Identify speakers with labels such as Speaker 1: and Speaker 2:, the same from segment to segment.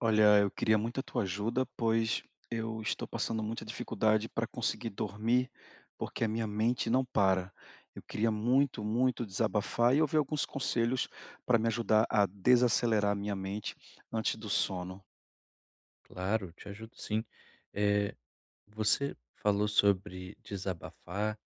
Speaker 1: Olha, eu queria muito a tua ajuda, pois eu estou passando muita dificuldade para conseguir dormir, porque a minha mente não para. Eu queria muito, muito desabafar e ouvir alguns conselhos para me ajudar a desacelerar a minha mente antes do sono.
Speaker 2: Claro, te ajudo sim. Eh, Você falou sobre desabafar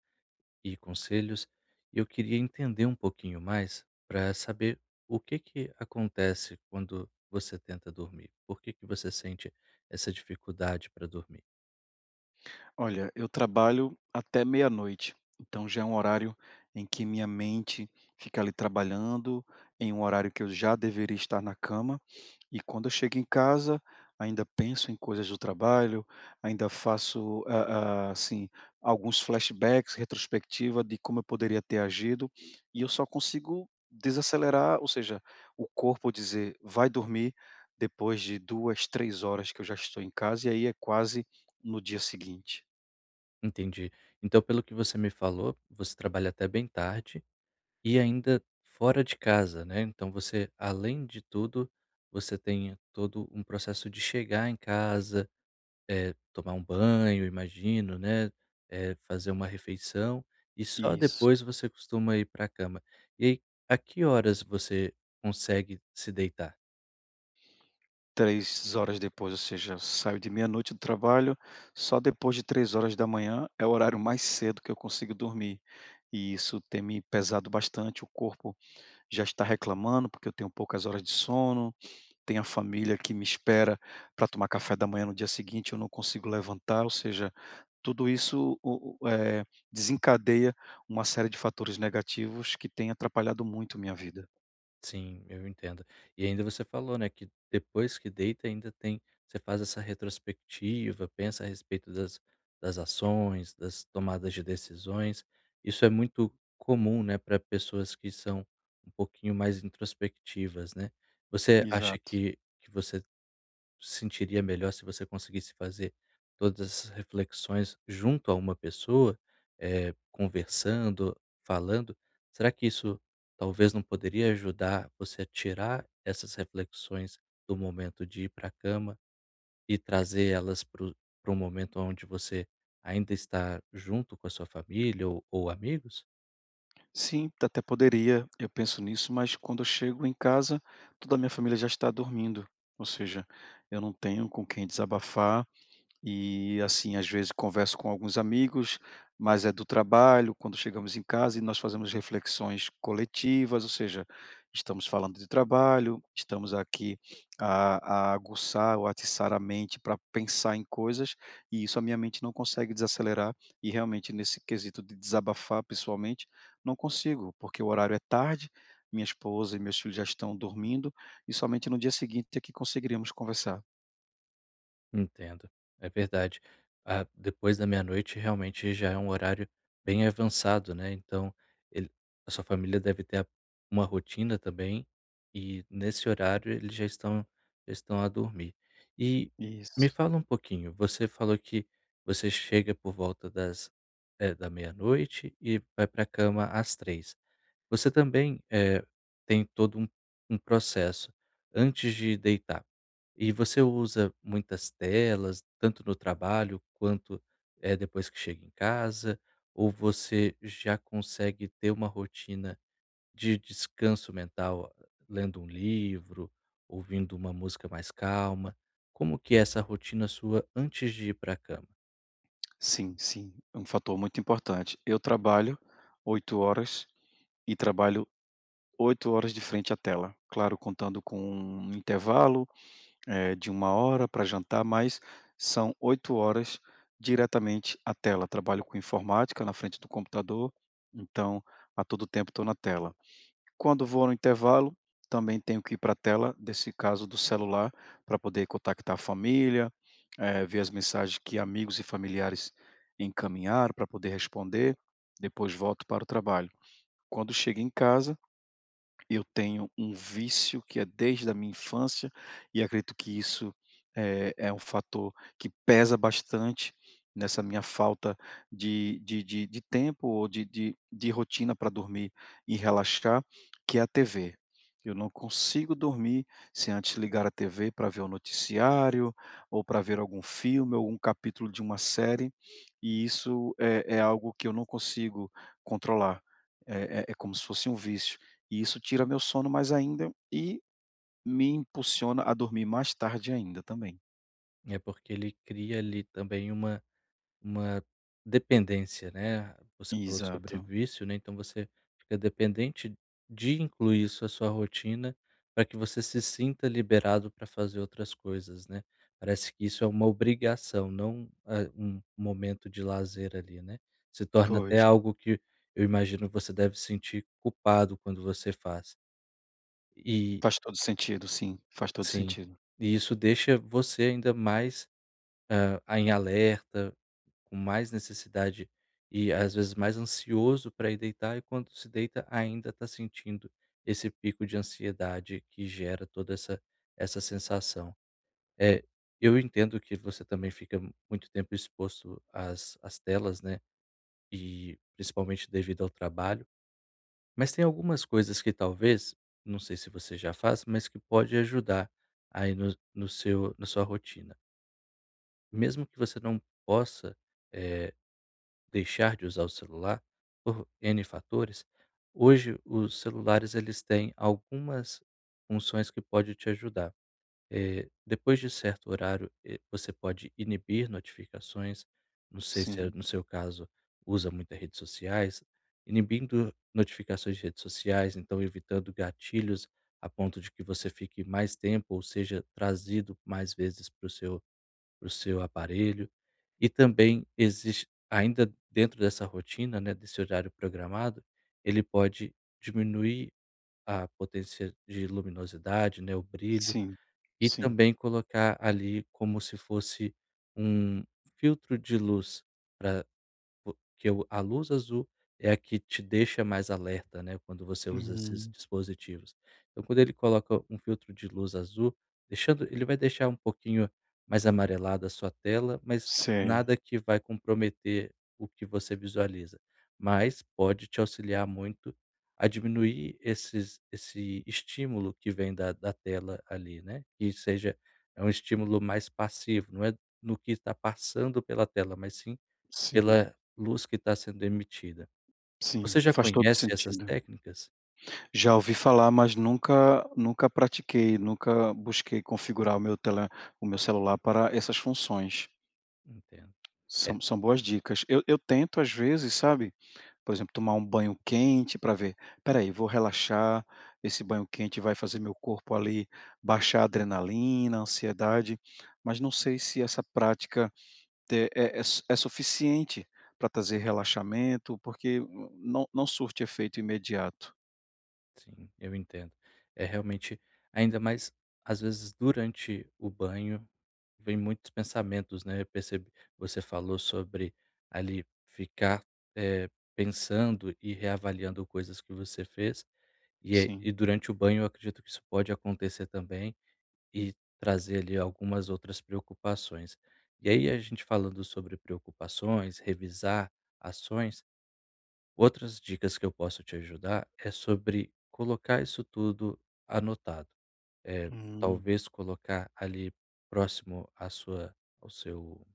Speaker 2: e conselhos, e eu queria entender um pouquinho mais para saber o que acontece quando você tenta dormir. Por que você sente essa dificuldade para dormir?
Speaker 1: Olha, eu trabalho até meia-noite, então já é um horário em que minha mente fica ali trabalhando, em um horário que eu já deveria estar na cama, e quando eu chego em casa, ainda penso em coisas do trabalho, ainda faço, assim, alguns flashbacks, retrospectiva de como eu poderia ter agido, e eu só consigo desacelerar, ou seja, o corpo dizer vai dormir depois de duas, três horas que eu já estou em casa, e aí é quase no dia seguinte.
Speaker 2: Entendi. Então, pelo que você me falou, você trabalha até bem tarde e ainda fora de casa, né? Então, você, além de tudo, você tem todo um processo de chegar em casa. Tomar um banho, imagino, né, fazer uma refeição, e só
Speaker 1: Isso,
Speaker 2: depois você costuma ir para a cama. E aí, a que horas você consegue se deitar?
Speaker 1: três horas depois, ou seja, eu saio de meia-noite do trabalho, só depois de três horas da manhã é o horário mais cedo que eu consigo dormir. E isso tem me pesado bastante, o corpo já está reclamando, porque eu tenho poucas horas de sono, tem a família que me espera para tomar café da manhã no dia seguinte, eu não consigo levantar, ou seja, tudo isso desencadeia uma série de fatores negativos que tem atrapalhado muito minha vida.
Speaker 2: Sim, eu entendo. E ainda você falou, né, que depois que deita ainda tem, você faz essa retrospectiva, pensa a respeito das ações, das tomadas de decisões. Isso é muito comum, né, para pessoas que são um pouquinho mais introspectivas, né. Você acha
Speaker 1: Exato.
Speaker 2: que você se sentiria melhor se você conseguisse fazer todas essas reflexões junto a uma pessoa, conversando, falando? Será que isso talvez não poderia ajudar você a tirar essas reflexões do momento de ir para a cama e trazer elas para o momento onde você ainda está junto com a sua família ou amigos?
Speaker 1: Sim, até poderia, eu penso nisso, mas quando eu chego em casa, toda a minha família já está dormindo, ou seja, eu não tenho com quem desabafar. E, assim, às vezes converso com alguns amigos, mas é do trabalho, quando chegamos em casa e nós fazemos reflexões coletivas, ou seja, estamos falando de trabalho, estamos aqui a aguçar ou atiçar a mente para pensar em coisas, e isso a minha mente não consegue desacelerar, e realmente nesse quesito de desabafar pessoalmente, não consigo, porque o horário é tarde, minha esposa e meus filhos já estão dormindo, e somente no dia seguinte é que conseguiríamos conversar.
Speaker 2: Entendo, é verdade. Ah, depois da meia-noite realmente já é um horário bem avançado, né, então ele, a sua família deve ter a uma rotina também, e nesse horário eles já estão a dormir. E me
Speaker 1: Isso.
Speaker 2: fala um pouquinho, você falou que você chega por volta das, da meia-noite, e vai para a cama às três. Você também, tem todo um processo antes de deitar. E você usa muitas telas, tanto no trabalho quanto, depois que chega em casa? Ou você já consegue ter uma rotina de descanso mental, lendo um livro, ouvindo uma música mais calma? Como que é essa rotina sua antes de ir para a cama?
Speaker 1: Sim, é um fator muito importante. Eu trabalho 8 horas e trabalho 8 horas de frente à tela. Claro, contando com um intervalo, de uma hora para jantar, mas são 8 horas diretamente à tela. Trabalho com informática na frente do computador, então a todo tempo estou na tela. Quando vou no intervalo, também tenho que ir para a tela, desse caso do celular, para poder contactar a família, ver as mensagens que amigos e familiares encaminharam para poder responder, depois volto para o trabalho. Quando chego em casa, eu tenho um vício que é desde a minha infância e acredito que isso é um fator que pesa bastante nessa minha falta de tempo ou de rotina para dormir e relaxar, que é a TV. Eu não consigo dormir sem antes ligar a TV para ver o noticiário ou para ver algum filme, algum capítulo de uma série, e isso é algo que eu não consigo controlar. É como se fosse um vício. E isso tira meu sono mais ainda e me impulsiona a dormir mais tarde ainda também.
Speaker 2: É porque ele cria ali também uma dependência, né. Você falou sobre
Speaker 1: Exato.
Speaker 2: vício, né, então você fica dependente de incluir isso à sua rotina, para que você se sinta liberado para fazer outras coisas, né. Parece que isso é uma obrigação, não, um momento de lazer ali, né. Se torna até
Speaker 1: Pois.
Speaker 2: algo que, eu imagino, você deve sentir culpado quando você faz. E
Speaker 1: Faz todo sentido, sim. Faz todo
Speaker 2: sim,
Speaker 1: sentido.
Speaker 2: e isso deixa você ainda mais, Hã, a em alerta, com mais necessidade e às vezes mais ansioso para ir deitar, e quando se deita ainda está sentindo esse pico de ansiedade que gera toda essa sensação. É, eu entendo que você também fica muito tempo exposto às telas, né, e principalmente devido ao trabalho, mas tem algumas coisas que talvez, não sei se você já faz, mas que pode ajudar aí no seu, na sua rotina. Mesmo que você não possa, eh, deixar de usar o celular por N fatores, hoje os celulares, eles têm algumas funções que pode te ajudar. Depois de certo horário, você pode inibir notificações, não sei se é
Speaker 1: Sim,
Speaker 2: no seu caso, usa muitas redes sociais, inibindo notificações de redes sociais, então evitando gatilhos a ponto de que você fique mais tempo ou seja trazido mais vezes para o seu, para o seu aparelho. E também existe ainda dentro dessa rotina, né, desse horário programado, ele pode diminuir a potência de luminosidade, né, o brilho,
Speaker 1: sim,
Speaker 2: e
Speaker 1: sim.
Speaker 2: também colocar ali como se fosse um filtro de luz, porque o a luz azul é a que te deixa mais alerta, né, quando você usa esses
Speaker 1: Hum,
Speaker 2: dispositivos. Então quando ele coloca um filtro de luz azul, deixando ele vai deixar um pouquinho mais amarelada a sua tela, mas
Speaker 1: sei.
Speaker 2: nada que vai comprometer o que você visualiza, mas pode te auxiliar muito a diminuir esse estímulo que vem da tela ali, né, que seja, é um estímulo mais passivo, não é no que está passando pela tela, mas sim
Speaker 1: Sim,
Speaker 2: pela luz que está sendo emitida.
Speaker 1: sim.
Speaker 2: Você já
Speaker 1: Faz todo
Speaker 2: conhece essas
Speaker 1: sentido.
Speaker 2: técnicas?
Speaker 1: Já ouvi falar, mas nunca pratiquei, nunca busquei configurar o meu celular para essas funções.
Speaker 2: Entendo. É,
Speaker 1: São boas dicas. Eu tento às vezes, sabe, por exemplo, tomar um banho quente para ver: "Espera aí, vou relaxar, esse banho quente vai fazer meu corpo ali baixar a adrenalina, a ansiedade", mas não sei se essa prática te é é é su é suficiente para trazer relaxamento, porque n não não surte efeito imediato.
Speaker 2: sim, eu entendo. É realmente, ainda mais, às vezes, durante o banho, vem muitos pensamentos, né, eu percebi, você falou sobre, ali, ficar, eh, pensando e reavaliando coisas que você fez, e
Speaker 1: Sim.
Speaker 2: durante o banho eu acredito que isso pode acontecer também. E trazer ali algumas outras preocupações. E aí a gente falando sobre preocupações, revisar ações, outras dicas que eu posso te ajudar é sobre colocar isso tudo anotado. Eh,
Speaker 1: Hum,
Speaker 2: Talvez colocar ali próximo à sua ao seu,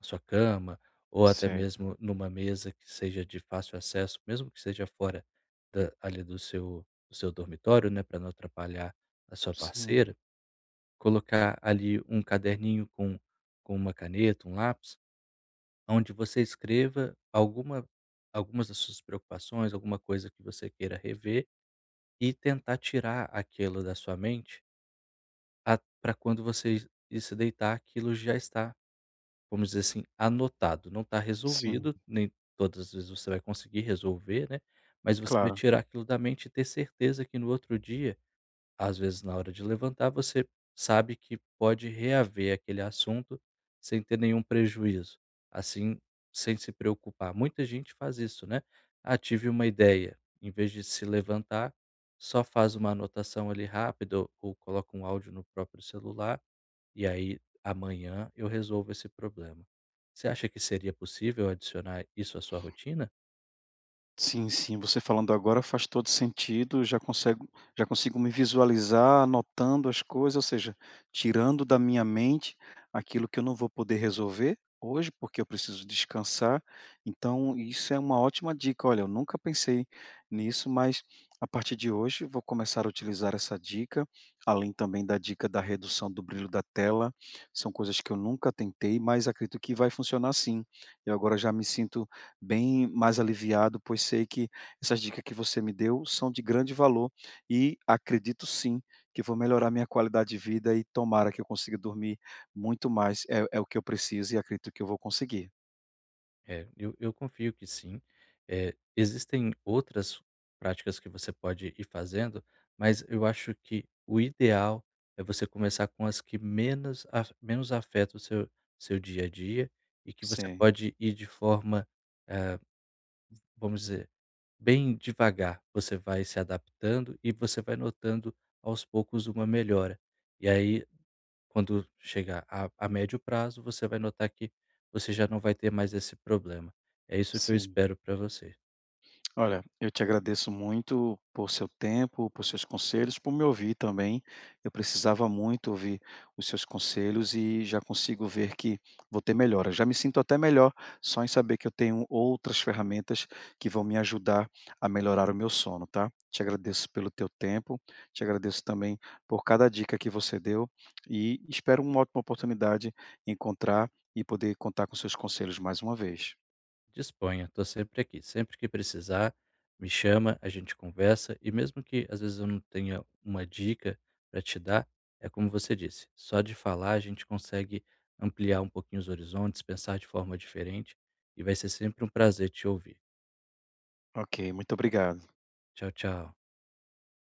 Speaker 2: à sua cama, ou até
Speaker 1: certo.
Speaker 2: mesmo numa mesa que seja de fácil acesso, mesmo que seja fora da, ali, do seu dormitório, né, para não atrapalhar a sua
Speaker 1: Sim,
Speaker 2: parceira. Colocar ali um caderninho com uma caneta, um lápis, onde você escreva algumas das suas preocupações, alguma coisa que você queira rever e tentar tirar aquilo da sua mente, para quando você ir se deitar, aquilo já está, vamos dizer assim, anotado. Não está
Speaker 1: sim,
Speaker 2: resolvido, nem todas as vezes você vai conseguir resolver, né, mas você vai
Speaker 1: claro.
Speaker 2: tirar aquilo da mente e ter certeza que no outro dia, às vezes, na hora de levantar, você sabe que pode reaver aquele assunto sem ter nenhum prejuízo, assim, sem se preocupar. Muita gente faz isso, né? Ah, tive uma ideia. Em vez de se levantar, só faz uma anotação ali rápida, ou coloca um áudio no próprio celular, e aí amanhã eu resolvo esse problema. Você acha que seria possível adicionar isso à sua rotina?
Speaker 1: Sim, você falando agora faz todo sentido, já consigo me visualizar anotando as coisas, ou seja, tirando da minha mente aquilo que eu não vou poder resolver hoje, porque eu preciso descansar. Então isso é uma ótima dica. Olha, eu nunca pensei nisso, mas a partir de hoje vou começar a utilizar essa dica, além também da dica da redução do brilho da tela. São coisas que eu nunca tentei, mas acredito que vai funcionar sim. Eu agora já me sinto bem mais aliviado, pois sei que essas dicas que você me deu são de grande valor e acredito sim que vou melhorar minha qualidade de vida e tomara que eu consiga dormir muito mais. É, é o que eu preciso e acredito que eu vou conseguir.
Speaker 2: É, eu confio que sim. Existem outras práticas que você pode ir fazendo, mas eu acho que o ideal é você começar com as que menos af menos afetam o seu, seu dia a dia, e que você
Speaker 1: Sim,
Speaker 2: pode ir de forma, eh, vamos dizer, bem devagar. Você vai se adaptando e você vai notando aos poucos uma melhora. E aí quando chegar a médio prazo, você vai notar que você já não vai ter mais esse problema. É isso que eu
Speaker 1: sim.
Speaker 2: espero para você.
Speaker 1: Olha, eu te agradeço muito por seu tempo, por seus conselhos, por me ouvir também. Eu precisava muito ouvir os seus conselhos e já consigo ver que vou ter melhora. Já me sinto até melhor só em saber que eu tenho outras ferramentas que vão me ajudar a melhorar o meu sono, tá? Te agradeço pelo teu tempo, te agradeço também por cada dica que você deu e espero uma ótima oportunidade encontrar e poder contar com seus conselhos mais uma vez.
Speaker 2: Disponha, estou sempre aqui. Sempre que precisar, me chama, a gente conversa, e mesmo que às vezes eu não tenha uma dica para te dar, é como você disse, só de falar a gente consegue ampliar um pouquinho os horizontes, pensar de forma diferente, e vai ser sempre um prazer te ouvir.
Speaker 1: Ok, muito obrigado.
Speaker 2: Tchau, tchau.